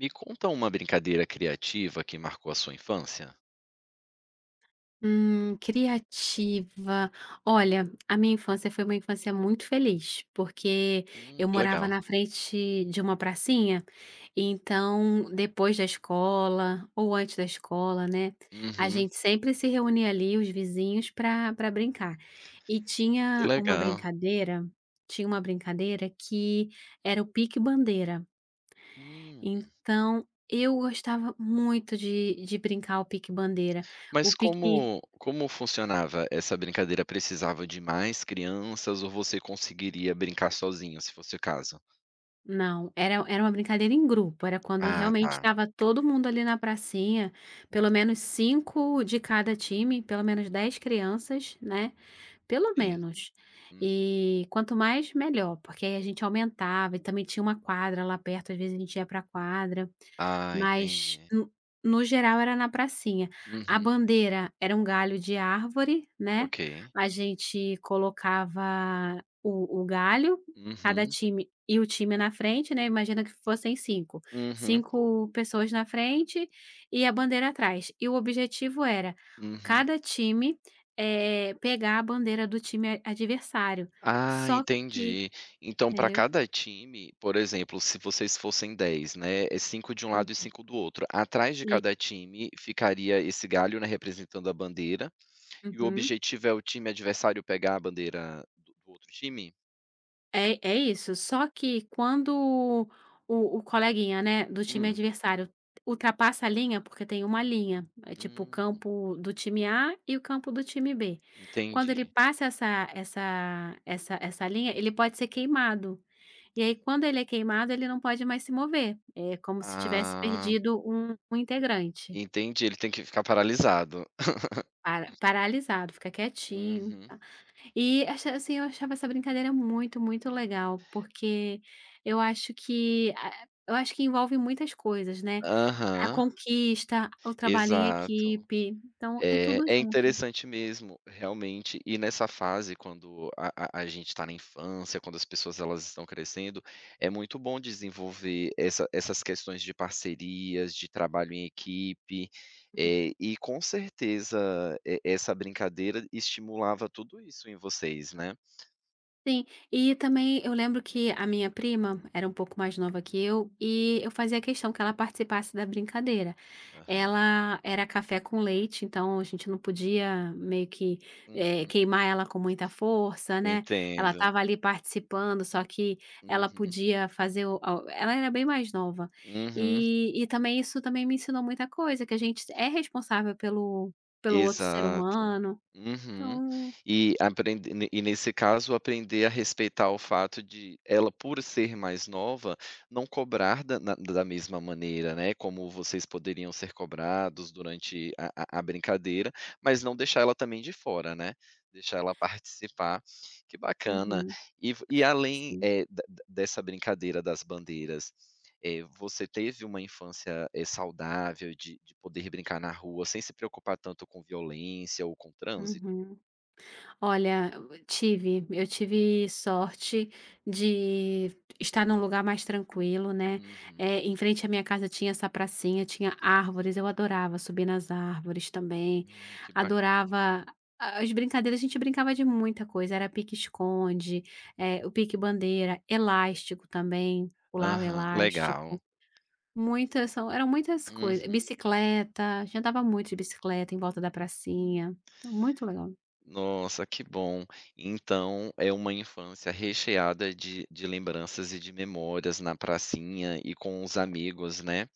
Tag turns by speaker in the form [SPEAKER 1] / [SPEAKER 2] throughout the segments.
[SPEAKER 1] Me conta uma brincadeira criativa que marcou a sua infância?
[SPEAKER 2] Criativa. Olha, a minha infância foi uma infância muito feliz, porque eu
[SPEAKER 1] Que
[SPEAKER 2] morava
[SPEAKER 1] legal.
[SPEAKER 2] na frente de uma pracinha, então depois da escola ou antes da escola, né, a
[SPEAKER 1] Uhum,
[SPEAKER 2] gente sempre se reunia ali, os vizinhos, para brincar. E
[SPEAKER 1] que legal.
[SPEAKER 2] tinha uma brincadeira que era o pique-bandeira.
[SPEAKER 1] Hum.
[SPEAKER 2] Então eu gostava muito de brincar o pique-bandeira. O
[SPEAKER 1] Mas
[SPEAKER 2] pique
[SPEAKER 1] como funcionava essa brincadeira? Precisava de mais crianças ou você conseguiria brincar sozinho, se fosse o caso?
[SPEAKER 2] Não, era uma brincadeira em grupo, era quando
[SPEAKER 1] Ah,
[SPEAKER 2] realmente
[SPEAKER 1] tá.
[SPEAKER 2] estava todo mundo ali na pracinha, pelo menos 5 de cada time, pelo menos 10 crianças, né. Pelo
[SPEAKER 1] Sim.
[SPEAKER 2] menos.
[SPEAKER 1] Uhum.
[SPEAKER 2] E quanto mais, melhor, porque aí a gente aumentava e também tinha uma quadra lá perto, às vezes a gente ia pra quadra,
[SPEAKER 1] Ah,
[SPEAKER 2] mas
[SPEAKER 1] entendi.
[SPEAKER 2] no geral era na pracinha. A
[SPEAKER 1] Uhum.
[SPEAKER 2] bandeira era um galho de árvore, né,
[SPEAKER 1] Ok.
[SPEAKER 2] a gente colocava o galho, cada
[SPEAKER 1] Uhum,
[SPEAKER 2] time e o time na frente, né, imagina que fossem cinco
[SPEAKER 1] uhum,
[SPEAKER 2] cinco pessoas na frente e a bandeira atrás. E o objetivo era
[SPEAKER 1] uhum.
[SPEAKER 2] cada time pegar a bandeira do time adversário.
[SPEAKER 1] Ah,
[SPEAKER 2] Só que
[SPEAKER 1] entendi. Então, para
[SPEAKER 2] entendeu?
[SPEAKER 1] cada time, por exemplo, se vocês fossem 10, né, é 5 de um lado e
[SPEAKER 2] Hum,
[SPEAKER 1] 5 do outro. Atrás de
[SPEAKER 2] e
[SPEAKER 1] cada time ficaria esse galho, né, representando a bandeira, e o
[SPEAKER 2] uhum.
[SPEAKER 1] objetivo é o time adversário pegar a bandeira do outro time?
[SPEAKER 2] É é isso, só que quando o o coleguinha, né, do time
[SPEAKER 1] Hum,
[SPEAKER 2] adversário ultrapassa a linha, porque tem uma linha, é tipo o
[SPEAKER 1] hum,
[SPEAKER 2] campo do time A e o campo do time B. Quando ele
[SPEAKER 1] entendi.
[SPEAKER 2] passa essa linha, ele pode ser queimado. E aí quando ele é queimado, ele não pode mais se mover, é como se tivesse
[SPEAKER 1] Ah,
[SPEAKER 2] perdido um integrante.
[SPEAKER 1] entendi, ele tem que ficar paralisado.
[SPEAKER 2] Para paralisado, fica quietinho,
[SPEAKER 1] Uhum.
[SPEAKER 2] tá. E acha assim, eu achava essa brincadeira muito, muito legal, porque eu acho que envolve muitas coisas, né, a
[SPEAKER 1] Aham,
[SPEAKER 2] conquista, o trabalho em
[SPEAKER 1] exato.
[SPEAKER 2] equipe, então é
[SPEAKER 1] É,
[SPEAKER 2] tudo
[SPEAKER 1] é
[SPEAKER 2] junto.
[SPEAKER 1] interessante mesmo, realmente. E nessa fase, quando a gente está na infância, quando as pessoas elas estão crescendo, é muito bom desenvolver essas questões de parcerias, de trabalho em equipe,
[SPEAKER 2] Uhum.
[SPEAKER 1] e com certeza e essa brincadeira estimulava tudo isso em vocês, né?
[SPEAKER 2] Sim, e também eu lembro que a minha prima era um pouco mais nova que eu, e eu fazia questão que ela participasse da brincadeira.
[SPEAKER 1] Aham.
[SPEAKER 2] Ela era café com leite, então a gente não podia meio que,
[SPEAKER 1] Uhum.
[SPEAKER 2] queimar ela com muita força, né. Ela
[SPEAKER 1] Entendo.
[SPEAKER 2] estava ali participando, só que ela
[SPEAKER 1] Uhum.
[SPEAKER 2] podia fazer o a ela era bem mais nova.
[SPEAKER 1] Uhum.
[SPEAKER 2] E também isso também me ensinou muita coisa, que a gente é responsável pelo outro ser
[SPEAKER 1] Exato.
[SPEAKER 2] humano.
[SPEAKER 1] Uhum.
[SPEAKER 2] Então
[SPEAKER 1] E aprende ne e nesse caso, aprender a respeitar o fato de ela, por ser mais nova, não cobrar da mesma maneira, né, como vocês poderiam ser cobrados durante a brincadeira, mas não deixar ela também de fora, né, deixar ela participar. Que bacana.
[SPEAKER 2] uhum,
[SPEAKER 1] E vo e além,
[SPEAKER 2] sim.
[SPEAKER 1] da da dessa brincadeira das bandeiras, você teve uma infância, saudável de poder brincar na rua sem se preocupar tanto com violência ou com trânsito?
[SPEAKER 2] Uhum. Olha, eu tive. Eu tive sorte de estar num lugar mais tranquilo, né.
[SPEAKER 1] Uhum.
[SPEAKER 2] Em frente à minha casa tinha essa pracinha, tinha árvores, eu adorava subir nas árvores também,
[SPEAKER 1] Que bacana.
[SPEAKER 2] adorava as brincadeiras, a gente brincava de muita coisa, era pique-esconde, o pique-bandeira, elástico também, pular o
[SPEAKER 1] Aham, legal.
[SPEAKER 2] elástico, muitas são eram muitas coisas
[SPEAKER 1] Uhum.
[SPEAKER 2] bicicleta, a gente andava muito de bicicleta em volta da pracinha. Então, muito legal.
[SPEAKER 1] Nossa, que bom. Então é uma infância recheada de lembranças e de memórias na pracinha e com os amigos, né?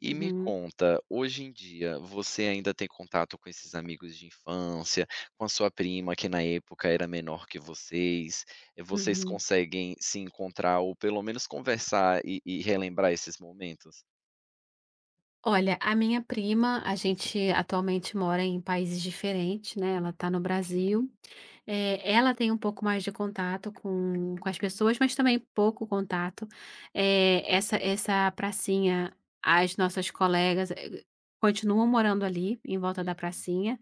[SPEAKER 1] E me
[SPEAKER 2] Uhum,
[SPEAKER 1] conta, hoje em dia você ainda tem contato com esses amigos de infância, com a sua prima que na época era menor que vocês? Vocês
[SPEAKER 2] uhum.
[SPEAKER 1] conseguem se encontrar ou pelo menos conversar e relembrar esses momentos?
[SPEAKER 2] Olha, a minha prima, a gente atualmente mora em países diferentes, né? Ela está no
[SPEAKER 1] Ok.
[SPEAKER 2] Brasil. Ela tem um pouco mais de contato com as pessoas, mas também pouco contato. Essa pracinha, as nossas colegas continuam morando ali, em volta da
[SPEAKER 1] Uhum.
[SPEAKER 2] pracinha.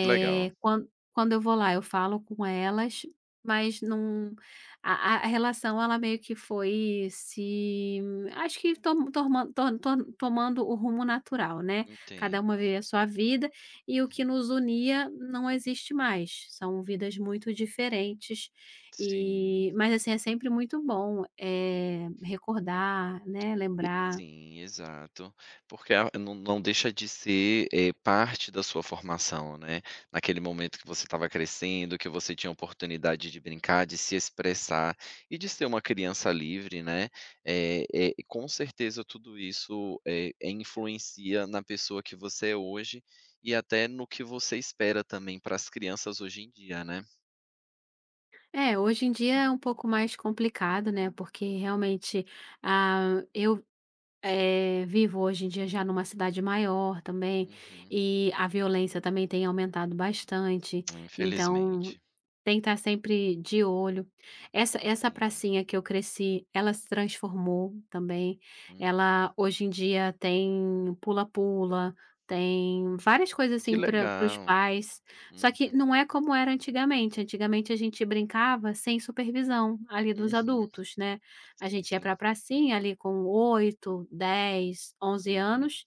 [SPEAKER 1] Que legal.
[SPEAKER 2] quan Quando eu vou lá, eu falo com elas, mas não a a relação ela meio que foi se acho que to torman to to tomando o rumo natural, né, cada uma
[SPEAKER 1] Entendo.
[SPEAKER 2] vive a sua vida e o que nos unia não existe mais, são vidas muito diferentes,
[SPEAKER 1] Sim.
[SPEAKER 2] e mas assim, é sempre muito bom, é recordar, né,
[SPEAKER 1] E
[SPEAKER 2] lembrar.
[SPEAKER 1] sim, exato. Porque a não não deixa de ser, parte da sua formação, né. Naquele momento que você estava crescendo, que você tinha oportunidade de brincar, de se expressar e de ser uma criança livre, né. E com certeza tudo isso, influencia na pessoa que você é hoje e até no que você espera também para as crianças hoje em dia, né.
[SPEAKER 2] É, hoje em dia é um pouco mais complicado, né, porque realmente, ah, eu vivo hoje em dia já numa cidade maior também,
[SPEAKER 1] Uhum.
[SPEAKER 2] e a violência também tem aumentado bastante, então
[SPEAKER 1] Infelizmente.
[SPEAKER 2] tem que estar sempre de olho. Essa
[SPEAKER 1] Sim.
[SPEAKER 2] pracinha que eu cresci, ela se transformou também,
[SPEAKER 1] Hum.
[SPEAKER 2] ela hoje em dia tem pula-pula, tem várias coisas
[SPEAKER 1] Que
[SPEAKER 2] assim pra para os
[SPEAKER 1] legal.
[SPEAKER 2] pais,
[SPEAKER 1] Hum.
[SPEAKER 2] só que não é como era antigamente, antigamente a gente brincava sem supervisão ali dos
[SPEAKER 1] Uhum.
[SPEAKER 2] adultos, né. A
[SPEAKER 1] Sim,
[SPEAKER 2] gente ia
[SPEAKER 1] sim.
[SPEAKER 2] pra pracinha ali com 8, 10, onze
[SPEAKER 1] Uhum,
[SPEAKER 2] anos,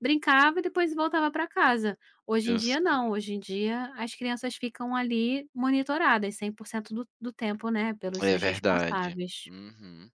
[SPEAKER 2] brincava e depois voltava pra casa. Hoje em
[SPEAKER 1] eu
[SPEAKER 2] dia não,
[SPEAKER 1] sei.
[SPEAKER 2] hoje em dia as crianças ficam ali monitoradas 100% do tempo, né, pelos
[SPEAKER 1] É
[SPEAKER 2] seus
[SPEAKER 1] verdade.
[SPEAKER 2] responsáveis.
[SPEAKER 1] Uhum.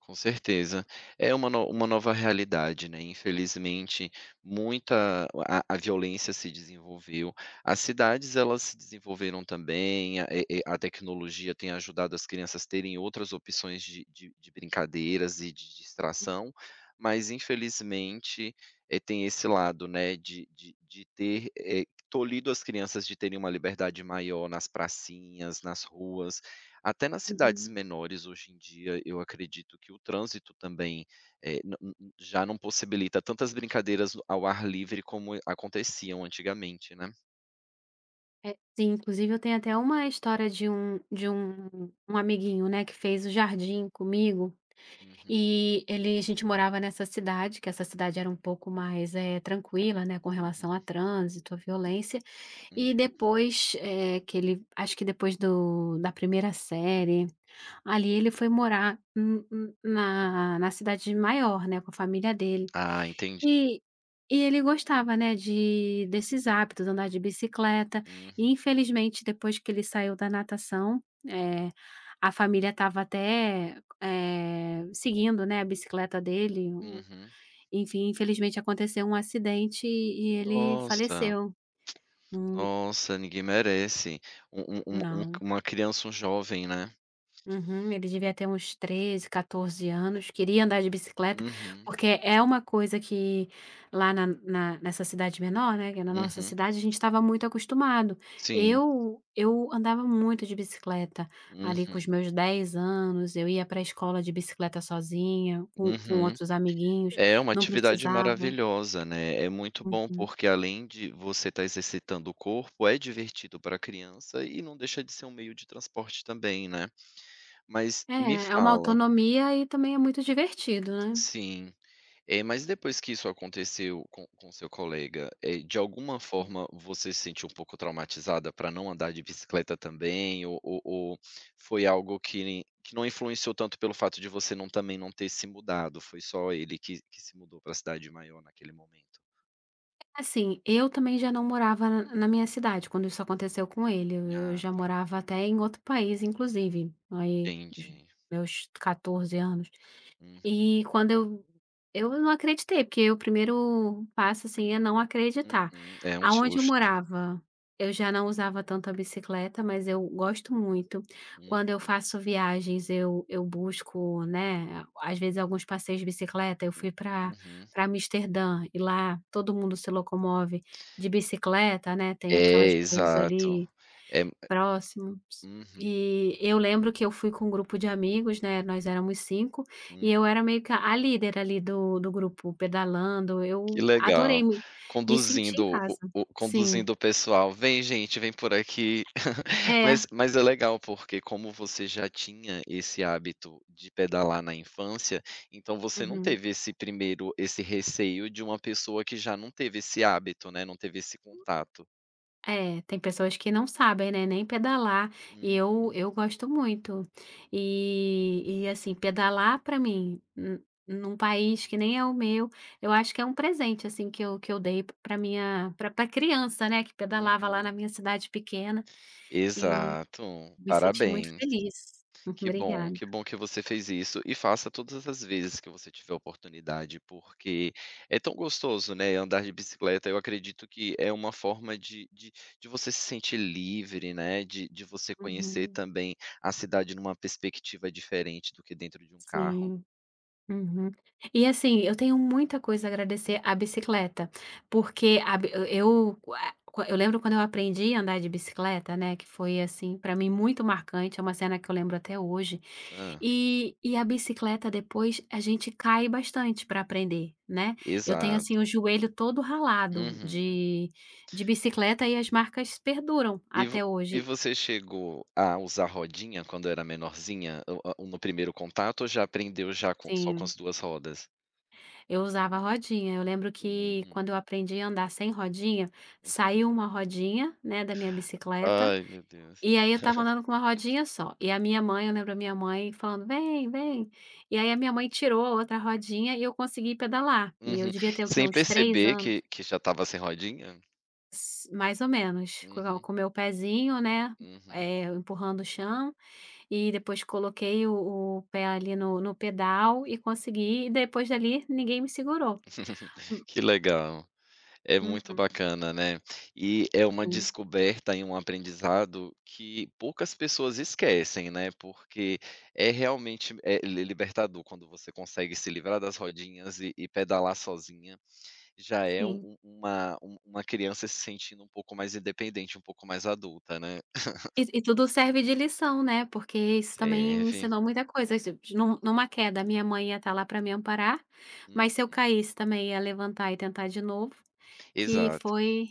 [SPEAKER 1] Com certeza. É uma no uma nova realidade, né. Infelizmente, muita a violência se desenvolveu, as cidades elas se desenvolveram também, a e a tecnologia tem ajudado as crianças terem outras opções de brincadeiras e de distração, mas infelizmente, tem esse lado, né, de ter, tolhido as crianças de terem uma liberdade maior nas pracinhas, nas ruas, até nas cidades
[SPEAKER 2] Uhum.
[SPEAKER 1] menores. Hoje em dia, eu acredito que o trânsito também, eh, nã nã já não possibilita tantas brincadeiras ao ar livre como aconteciam antigamente, né.
[SPEAKER 2] É, sim, inclusive eu tenho até uma história de um de um amiguinho, né, que fez o jardim comigo,
[SPEAKER 1] Uhum,
[SPEAKER 2] e ele a gente morava nessa cidade, que essa cidade era um pouco mais, tranquila, né, com relação
[SPEAKER 1] uhum,
[SPEAKER 2] a trânsito, a violência.
[SPEAKER 1] hum.
[SPEAKER 2] E depois, eh, que ele acho que depois do da primeira série, ali ele foi morar n n na na cidade maior, né, com a família dele.
[SPEAKER 1] Ah, entendi.
[SPEAKER 2] E e ele gostava, né, de desses hábitos, andar de bicicleta
[SPEAKER 1] Uhum,
[SPEAKER 2] e infelizmente depois que ele saiu da natação, eh, a família estava até, seguindo, né, a bicicleta dele,
[SPEAKER 1] uhum.
[SPEAKER 2] infelizmente aconteceu um acidente e ele
[SPEAKER 1] Nossa,
[SPEAKER 2] faleceu. Hum,
[SPEAKER 1] nossa, ninguém merece. Um um um um
[SPEAKER 2] não.
[SPEAKER 1] uma criança, um jovem, né.
[SPEAKER 2] Uhum, ele devia ter uns 13, catorze anos, queria andar de bicicleta,
[SPEAKER 1] Uhum,
[SPEAKER 2] porque é uma coisa que lá na na nessa cidade menor, né, que é na nossa
[SPEAKER 1] uhum.
[SPEAKER 2] cidade, a gente estava muito acostumado.
[SPEAKER 1] Sim.
[SPEAKER 2] Eu andava muito de bicicleta, ali com os
[SPEAKER 1] Uhum,
[SPEAKER 2] meus 10 anos, eu ia para a escola de bicicleta sozinha, com
[SPEAKER 1] uhum.
[SPEAKER 2] outros amiguinhos,
[SPEAKER 1] É uma
[SPEAKER 2] não
[SPEAKER 1] atividade
[SPEAKER 2] precisava.
[SPEAKER 1] maravilhosa, né, é muito bom,
[SPEAKER 2] Uhum.
[SPEAKER 1] porque além de você estar exercitando o corpo, é divertido para a criança e não deixa de ser um meio de transporte também, né. Mas me
[SPEAKER 2] É, é uma
[SPEAKER 1] fala,
[SPEAKER 2] autonomia e também é muito divertido, né.
[SPEAKER 1] sim. Mas depois que isso aconteceu com seu colega, de alguma forma você se sentiu um pouco traumatizada para não andar de bicicleta também ou foi algo que não influenciou tanto pelo fato de você não também não ter se mudado? Foi só ele que se mudou para a cidade maior naquele momento?
[SPEAKER 2] Assim, eu também já não morava na na minha cidade quando isso aconteceu com ele, eu
[SPEAKER 1] Ah,
[SPEAKER 2] já
[SPEAKER 1] tá,
[SPEAKER 2] morava até em outro país inclusive, aí j
[SPEAKER 1] entendi.
[SPEAKER 2] meus catorze anos.
[SPEAKER 1] Uhum,
[SPEAKER 2] E quando Eu não acreditei, porque o primeiro passo, assim, é não acreditar.
[SPEAKER 1] uhum. É um
[SPEAKER 2] Aonde eu
[SPEAKER 1] susto.
[SPEAKER 2] morava, eu já não usava tanto a bicicleta, mas eu gosto muito.
[SPEAKER 1] Uhum,
[SPEAKER 2] Quando eu faço viagens, eu busco, né, às vezes alguns passeios de bicicleta. Eu
[SPEAKER 1] hum,
[SPEAKER 2] fui para
[SPEAKER 1] uhum.
[SPEAKER 2] para Amsterdã e lá todo mundo se locomove de bicicleta, né, tem aquelas
[SPEAKER 1] É,
[SPEAKER 2] coisas
[SPEAKER 1] exato.
[SPEAKER 2] ali
[SPEAKER 1] É,
[SPEAKER 2] próximos.
[SPEAKER 1] uhum,
[SPEAKER 2] E eu lembro que eu fui com um grupo de amigos, né, nós éramos 5 e
[SPEAKER 1] hum,
[SPEAKER 2] eu era meio que a líder ali do grupo, pedalando,
[SPEAKER 1] que
[SPEAKER 2] eu
[SPEAKER 1] legal.
[SPEAKER 2] adorei, me senti em
[SPEAKER 1] Conduzindo o
[SPEAKER 2] casa.
[SPEAKER 1] o
[SPEAKER 2] Sim.
[SPEAKER 1] conduzindo o pessoal: "Vem gente, vem por aqui".
[SPEAKER 2] É.
[SPEAKER 1] Mas é legal, porque como você já tinha esse hábito de pedalar na infância, então você não
[SPEAKER 2] Uhum.
[SPEAKER 1] teve esse receio de uma pessoa que já não teve esse hábito, né, não teve esse contato.
[SPEAKER 2] É, tem pessoas que não sabem, né, nem pedalar, e
[SPEAKER 1] Uhum,
[SPEAKER 2] eu gosto muito. E assim, pedalar para mim, n num país que nem é o meu, eu acho que é um presente, assim, que eu dei para minha para pra criança, né, que pedalava lá
[SPEAKER 1] uhum.
[SPEAKER 2] na minha cidade pequena,
[SPEAKER 1] Exato,
[SPEAKER 2] me senti muito
[SPEAKER 1] parabéns.
[SPEAKER 2] feliz.
[SPEAKER 1] Que bom,
[SPEAKER 2] Obrigada.
[SPEAKER 1] que bom que você fez isso, e faça todas as vezes que você tiver oportunidade, porque é tão gostoso, né, andar de bicicleta. Eu acredito que é uma forma de você se sentir livre, né, de você conhecer
[SPEAKER 2] Uhum,
[SPEAKER 1] também a cidade numa perspectiva diferente do que dentro de um carro.
[SPEAKER 2] sim. Uhum. E assim, eu tenho muita coisa a agradecer à bicicleta, porque a bi eh, eu lembro quando eu aprendi a andar de bicicleta, né, que foi assim, para mim muito marcante, é uma cena que eu lembro até hoje.
[SPEAKER 1] Hã.
[SPEAKER 2] E a bicicleta depois a gente cai bastante para aprender, né. Eu tenho assim o
[SPEAKER 1] Exato.
[SPEAKER 2] joelho todo ralado
[SPEAKER 1] Uhum.
[SPEAKER 2] de bicicleta e as marcas perduram
[SPEAKER 1] E vo
[SPEAKER 2] até
[SPEAKER 1] e
[SPEAKER 2] hoje.
[SPEAKER 1] você chegou a usar rodinha quando era menorzinha, o a no primeiro contato, ou já aprendeu já com só com
[SPEAKER 2] Sim.
[SPEAKER 1] as duas rodas?
[SPEAKER 2] Eu usava rodinha. Eu lembro que
[SPEAKER 1] Hum.
[SPEAKER 2] quando eu aprendi a andar sem rodinha, saiu uma rodinha, né, da minha bicicleta,
[SPEAKER 1] Ai, meu Deus.
[SPEAKER 2] e aí eu estava andando com uma rodinha só. E a minha mãe, eu lembro a minha mãe falando: "Vem, vem". E aí a minha mãe tirou a outra rodinha e eu consegui pedalar. E eu
[SPEAKER 1] Uhum.
[SPEAKER 2] devia ter o quê?
[SPEAKER 1] Sem
[SPEAKER 2] Uns 3
[SPEAKER 1] perceber
[SPEAKER 2] anos,
[SPEAKER 1] que já estava sem rodinha?
[SPEAKER 2] s mais ou menos,
[SPEAKER 1] Uhum,
[SPEAKER 2] com o meu pezinho, né,
[SPEAKER 1] uhum.
[SPEAKER 2] empurrando o chão, e depois coloquei o pé ali no pedal e consegui, e depois dali ninguém me segurou. Hum,
[SPEAKER 1] Que legal. É muito
[SPEAKER 2] uhum.
[SPEAKER 1] bacana, né. E é uma descoberta e um aprendizado que poucas pessoas esquecem, né, porque é realmente é li libertador quando você consegue se livrar das rodinhas e pedalar sozinha. Já é um
[SPEAKER 2] Sim.
[SPEAKER 1] um uma um uma criança se sentindo um pouco mais independente, um pouco mais adulta, né.
[SPEAKER 2] E tudo serve de lição, né, porque isso também me
[SPEAKER 1] Serve.
[SPEAKER 2] ensinou muita coisa, de numa queda, minha mãe ia estar lá para me amparar,
[SPEAKER 1] Uhum.
[SPEAKER 2] mas se eu caísse também ia levantar e tentar de novo, que
[SPEAKER 1] Exato.
[SPEAKER 2] foi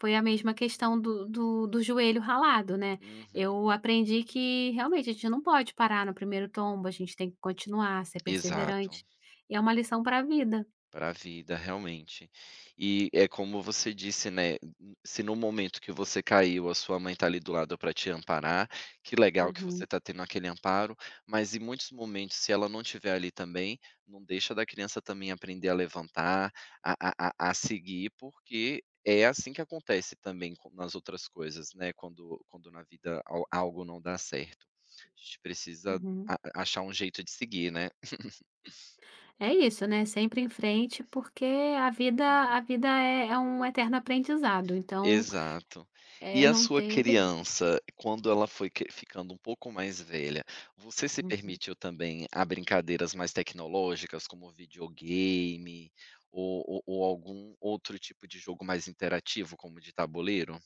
[SPEAKER 2] foi a mesma questão do joelho ralado, né.
[SPEAKER 1] Uhum.
[SPEAKER 2] Eu aprendi que realmente a gente não pode parar no primeiro tombo, a gente tem que continuar, ser
[SPEAKER 1] Exato.
[SPEAKER 2] perseverante, e é uma lição para a vida.
[SPEAKER 1] Para a vida, realmente. E é como você disse, né, se no momento que você caiu, a sua mãe tá ali do lado para te amparar, que legal que você
[SPEAKER 2] Uhum,
[SPEAKER 1] tá tendo aquele amparo, mas em muitos momentos, se ela não estiver ali também, não deixa da criança também aprender a levantar, a seguir, porque é assim que acontece também com nas outras coisas, né, quando na vida al algo não dá certo. A gente precisa
[SPEAKER 2] uhum.
[SPEAKER 1] a achar um jeito de seguir, né.
[SPEAKER 2] É isso, né, sempre em frente, porque a vida é um eterno aprendizado, então,
[SPEAKER 1] Exato.
[SPEAKER 2] é
[SPEAKER 1] E a
[SPEAKER 2] não
[SPEAKER 1] sua
[SPEAKER 2] ter vergonha.
[SPEAKER 1] criança, quando ela foi cre ficando um pouco mais velha, você se
[SPEAKER 2] Uhum.
[SPEAKER 1] permitiu também a brincadeiras mais tecnológicas, como videogame ou algum outro tipo de jogo mais interativo, como de tabuleiro?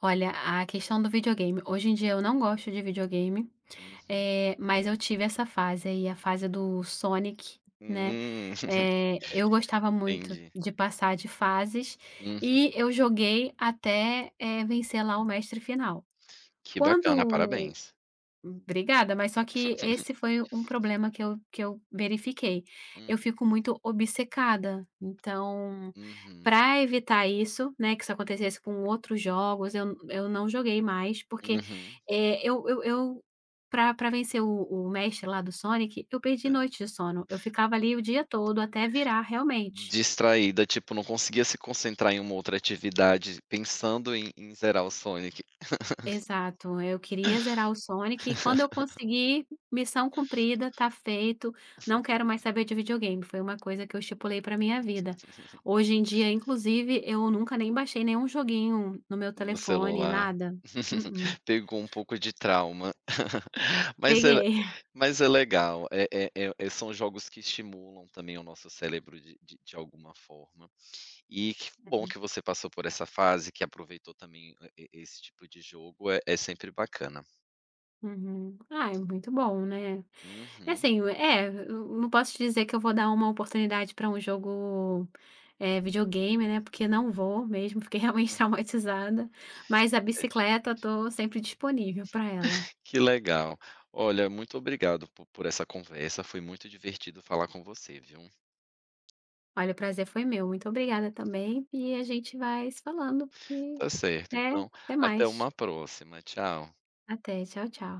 [SPEAKER 2] Olha, a questão do videogame, hoje em dia eu não gosto de videogame,
[SPEAKER 1] Uhum.
[SPEAKER 2] mas eu tive essa fase aí, a fase do Sonic, né,
[SPEAKER 1] Hum.
[SPEAKER 2] eu gostava muito
[SPEAKER 1] Entendi.
[SPEAKER 2] de passar de fases
[SPEAKER 1] Uhum.
[SPEAKER 2] e eu joguei até, vencer lá o mestre final.
[SPEAKER 1] Que bacana,
[SPEAKER 2] Quando
[SPEAKER 1] parabéns.
[SPEAKER 2] Obrigada, mas só que esse foi um problema que eu verifiquei.
[SPEAKER 1] Hum.
[SPEAKER 2] Eu fico muito obcecada, então,
[SPEAKER 1] Uhum,
[SPEAKER 2] para evitar isso, né, que isso acontecesse com outros jogos, eu não joguei mais, porque,
[SPEAKER 1] uhum.
[SPEAKER 2] eh, eu para vencer o mestre lá do Sonic, eu perdi noites de sono. Eu ficava ali o dia todo até virar realmente.
[SPEAKER 1] Distraída, tipo, não conseguia se concentrar em uma outra atividade pensando em zerar o Sonic.
[SPEAKER 2] Exato, eu queria zerar o Sonic e quando eu conseguir missão cumprida, tá feito, não quero mais saber de videogame, foi uma coisa que eu estipulei para minha vida. Hoje em dia, inclusive, eu nunca nem baixei nenhum joguinho no meu
[SPEAKER 1] No
[SPEAKER 2] telefone,
[SPEAKER 1] celular.
[SPEAKER 2] nada. Mm-mm.
[SPEAKER 1] Pegou um pouco de trauma. Mas é
[SPEAKER 2] Peguei.
[SPEAKER 1] mas é legal. São jogos que estimulam também o nosso cérebro de alguma forma. E que bom que você passou por essa fase, que aproveitou também, e esse tipo de jogo é sempre bacana.
[SPEAKER 2] Uhum. Ah, é muito bom, né? É
[SPEAKER 1] Uhum,
[SPEAKER 2] assim, é, eu não posso te dizer que eu vou dar uma oportunidade para um jogo, videogame, né, porque não vou mesmo, fiquei realmente
[SPEAKER 1] uhum,
[SPEAKER 2] traumatizada, mas a
[SPEAKER 1] é
[SPEAKER 2] bicicleta
[SPEAKER 1] diferente.
[SPEAKER 2] tô sempre disponível para ela.
[SPEAKER 1] Que legal. Olha, muito obrigado po por essa conversa, foi muito divertido falar com você, viu.
[SPEAKER 2] Olha, o prazer foi meu, muito obrigada também e a gente vai se falando e
[SPEAKER 1] Tá certo, então
[SPEAKER 2] até
[SPEAKER 1] até
[SPEAKER 2] mais.
[SPEAKER 1] uma próxima, tchau.
[SPEAKER 2] Até, tchau, tchau.